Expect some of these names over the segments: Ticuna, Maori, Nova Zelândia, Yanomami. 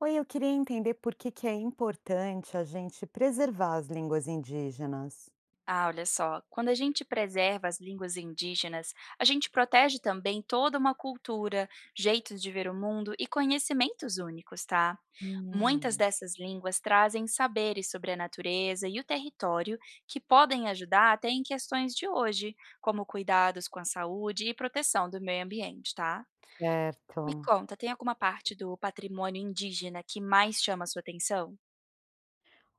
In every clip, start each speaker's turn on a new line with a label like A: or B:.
A: Oi, eu queria entender por que que é importante a gente preservar as línguas indígenas.
B: Ah, olha só, quando a gente preserva as línguas indígenas, a gente protege também toda uma cultura, jeitos de ver o mundo e conhecimentos únicos, tá? Muitas
A: Hum,
B: dessas línguas trazem saberes sobre a natureza e o território que podem ajudar até em questões de hoje, como cuidados com a saúde e proteção do meio ambiente, tá? Me
A: certo.
B: conta, tem alguma parte do patrimônio indígena que mais chama a sua atenção?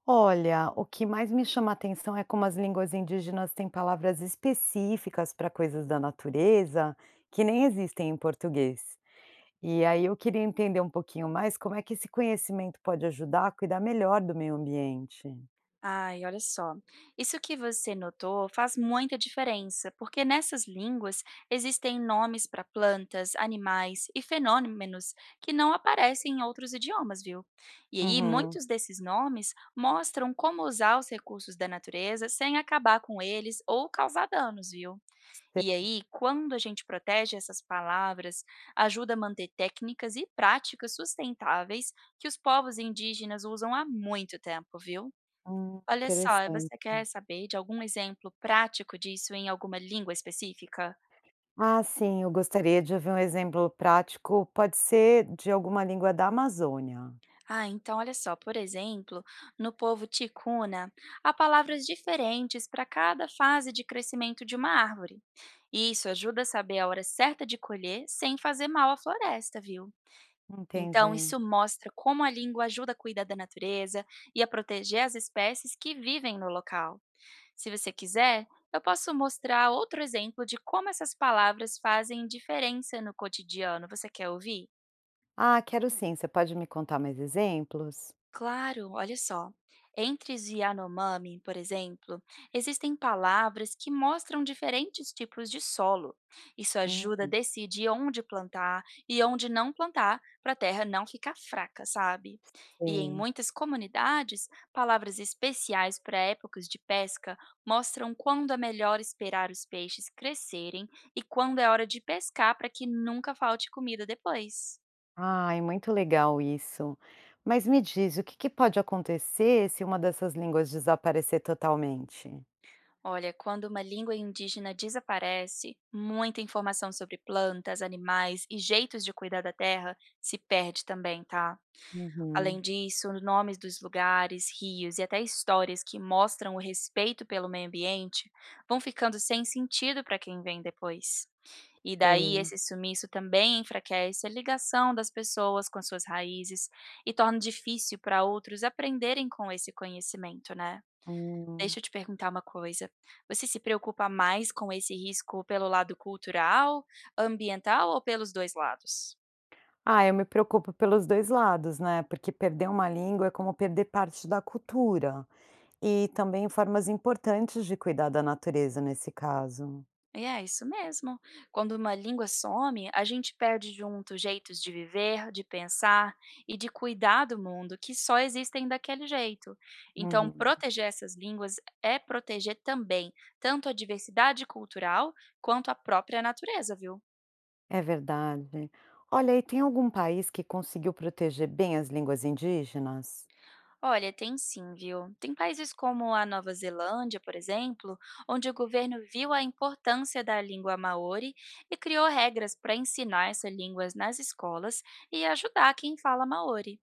A: Olha, o que mais me chama a atenção é como as línguas indígenas têm palavras específicas para coisas da natureza que nem existem em português. E aí eu queria entender um pouquinho mais como é que esse conhecimento pode ajudar a cuidar melhor do meio ambiente.
B: Ai, olha só. Isso que você notou faz muita diferença, porque nessas línguas existem nomes para plantas, animais e fenômenos que não aparecem em outros idiomas, viu? E aí,
A: Uhum.
B: muitos desses nomes mostram como usar os recursos da natureza sem acabar com eles ou causar danos, viu? E aí, quando a gente protege essas palavras, ajuda a manter técnicas e práticas sustentáveis que os povos indígenas usam há muito tempo, viu? Olha só,
A: Interessante.
B: você quer saber de algum exemplo prático disso em alguma língua específica?
A: Ah, sim, eu gostaria de ouvir um exemplo prático. Pode ser de alguma língua da Amazônia.
B: Ah, então olha só, por exemplo, no povo ticuna, há palavras diferentes para cada fase de crescimento de uma árvore. E isso ajuda a saber a hora certa de colher sem fazer mal à floresta, viu? Então,
A: Entendi.
B: isso mostra como a língua ajuda a cuidar da natureza e a proteger as espécies que vivem no local. Se você quiser, eu posso mostrar outro exemplo de como essas palavras fazem diferença no cotidiano. Você quer ouvir?
A: Ah, quero sim. Você pode me contar mais exemplos?
B: Claro, olha só. Entre os Yanomami, por exemplo, existem palavras que mostram diferentes tipos de solo. Isso ajuda a
A: Hum,
B: decidir onde plantar e onde não plantar para a terra não ficar fraca, sabe? E em
A: sei.
B: muitas comunidades, palavras especiais para épocas de pesca mostram quando é melhor esperar os peixes crescerem e quando é hora de pescar para que nunca falte comida depois.
A: Ai, muito legal isso. Mas me diz, o que que pode acontecer se uma dessas línguas desaparecer totalmente?
B: Olha, quando uma língua indígena desaparece, muita informação sobre plantas, animais e jeitos de cuidar da terra se perde também, tá? Além
A: Uhum,
B: disso, os nomes dos lugares, rios e até histórias que mostram o respeito pelo meio ambiente vão ficando sem sentido para quem vem depois. E daí
A: sei.
B: esse sumiço também enfraquece a ligação das pessoas com as suas raízes e torna difícil para outros aprenderem com esse conhecimento, né?
A: Hum.
B: Deixa eu te perguntar uma coisa. Você se preocupa mais com esse risco pelo lado cultural, ambiental ou pelos 2 lados?
A: Ah, eu me preocupo pelos dois lados, né? Porque perder uma língua é como perder parte da cultura. E também formas importantes de cuidar da natureza nesse caso.
B: E é isso mesmo. Quando uma língua some, a gente perde junto jeitos de viver, de pensar e de cuidar do mundo que só existem daquele jeito. Então,
A: Uhum.
B: proteger essas línguas é proteger também tanto a diversidade cultural quanto a própria natureza, viu?
A: É verdade. Olha, e tem algum país que conseguiu proteger bem as línguas indígenas?
B: Olha, tem sim, viu? Tem países como a Nova Zelândia, por exemplo, onde o governo viu a importância da língua maori e criou regras para ensinar essa língua nas escolas e ajudar quem fala maori.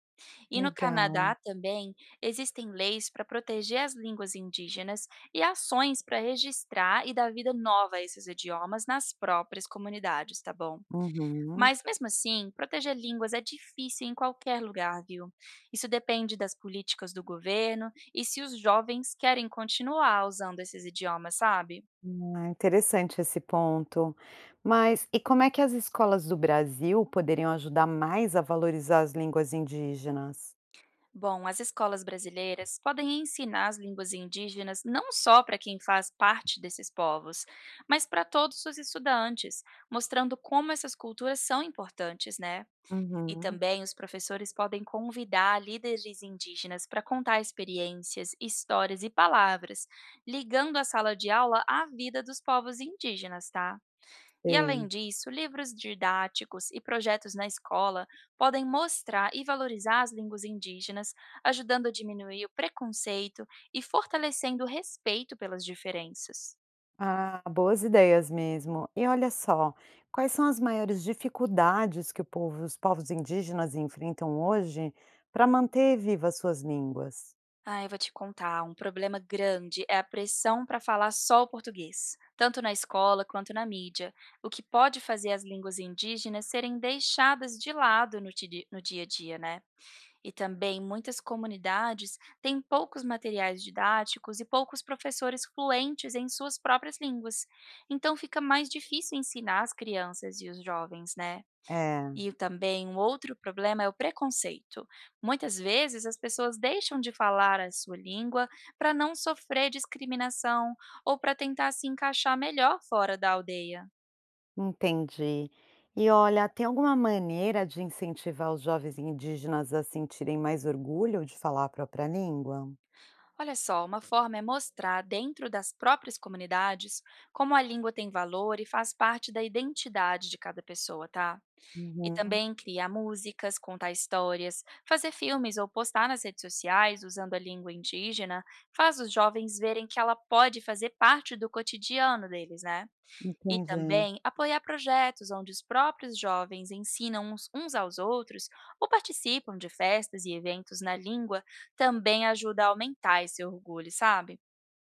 B: E no Canadá
A: Legal.
B: também existem leis para proteger as línguas indígenas e ações para registrar e dar vida nova a esses idiomas nas próprias comunidades, tá bom?
A: Uhum.
B: Mas mesmo assim, proteger línguas é difícil em qualquer lugar, viu? Isso depende das políticas do governo e se os jovens querem continuar usando esses idiomas, sabe?
A: Ah, interessante esse ponto. Mas e como é que as escolas do Brasil poderiam ajudar mais a valorizar as línguas indígenas?
B: Bom, as escolas brasileiras podem ensinar as línguas indígenas não só para quem faz parte desses povos, mas para todos os estudantes, mostrando como essas culturas são importantes, né? E
A: Uhum.
B: também os professores podem convidar líderes indígenas para contar experiências, histórias e palavras, ligando a sala de aula à vida dos povos indígenas, tá? E
A: Sei.
B: além disso, livros didáticos e projetos na escola podem mostrar e valorizar as línguas indígenas, ajudando a diminuir o preconceito e fortalecendo o respeito pelas diferenças.
A: Ah, boas ideias mesmo. E olha só, quais são as maiores dificuldades que os povos indígenas enfrentam hoje para manter vivas suas línguas?
B: Ah, eu vou te contar, um problema grande é a pressão para falar só o português, tanto na escola quanto na mídia, o que pode fazer as línguas indígenas serem deixadas de lado no dia a dia, né? E também muitas comunidades têm poucos materiais didáticos e poucos professores fluentes em suas próprias línguas, então fica mais difícil ensinar as crianças e os jovens, né?
A: É,
B: E também um outro problema é o preconceito. Muitas vezes as pessoas deixam de falar a sua língua para não sofrer discriminação ou para tentar se encaixar melhor fora da aldeia.
A: entendi. E olha, tem alguma maneira de incentivar os jovens indígenas a sentirem mais orgulho de falar a própria língua?
B: Olha só, uma forma é mostrar dentro das próprias comunidades como a língua tem valor e faz parte da identidade de cada pessoa, tá? E
A: Uhum,
B: também criar músicas, contar histórias, fazer filmes ou postar nas redes sociais usando a língua indígena faz os jovens verem que ela pode fazer parte do cotidiano deles, né? E
A: entendi.
B: também apoiar projetos onde os próprios jovens ensinam uns aos outros ou participam de festas e eventos na língua também ajuda a aumentar esse orgulho, sabe?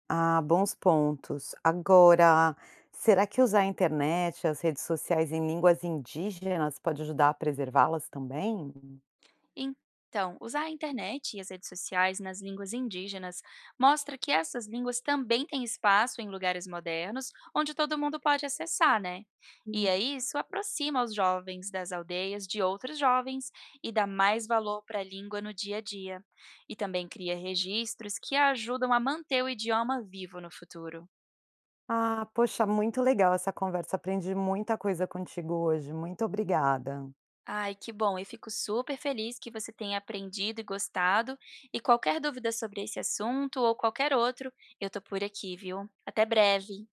A: Ah, bons pontos. Agora, será que usar a internet, e as redes sociais em línguas indígenas pode ajudar a preservá-las também?
B: Então, usar a internet e as redes sociais nas línguas indígenas mostra que essas línguas também têm espaço em lugares modernos, onde todo mundo pode acessar, né? E
A: Hum.
B: aí isso aproxima os jovens das aldeias de outros jovens e dá mais valor para a língua no dia a dia. E também cria registros que ajudam a manter o idioma vivo no futuro.
A: Ah, poxa, muito legal essa conversa. Aprendi muita coisa contigo hoje. Muito obrigada.
B: Ai, que bom. Eu fico super feliz que você tenha aprendido e gostado. E qualquer dúvida sobre esse assunto ou qualquer outro, eu tô por aqui, viu? Até breve.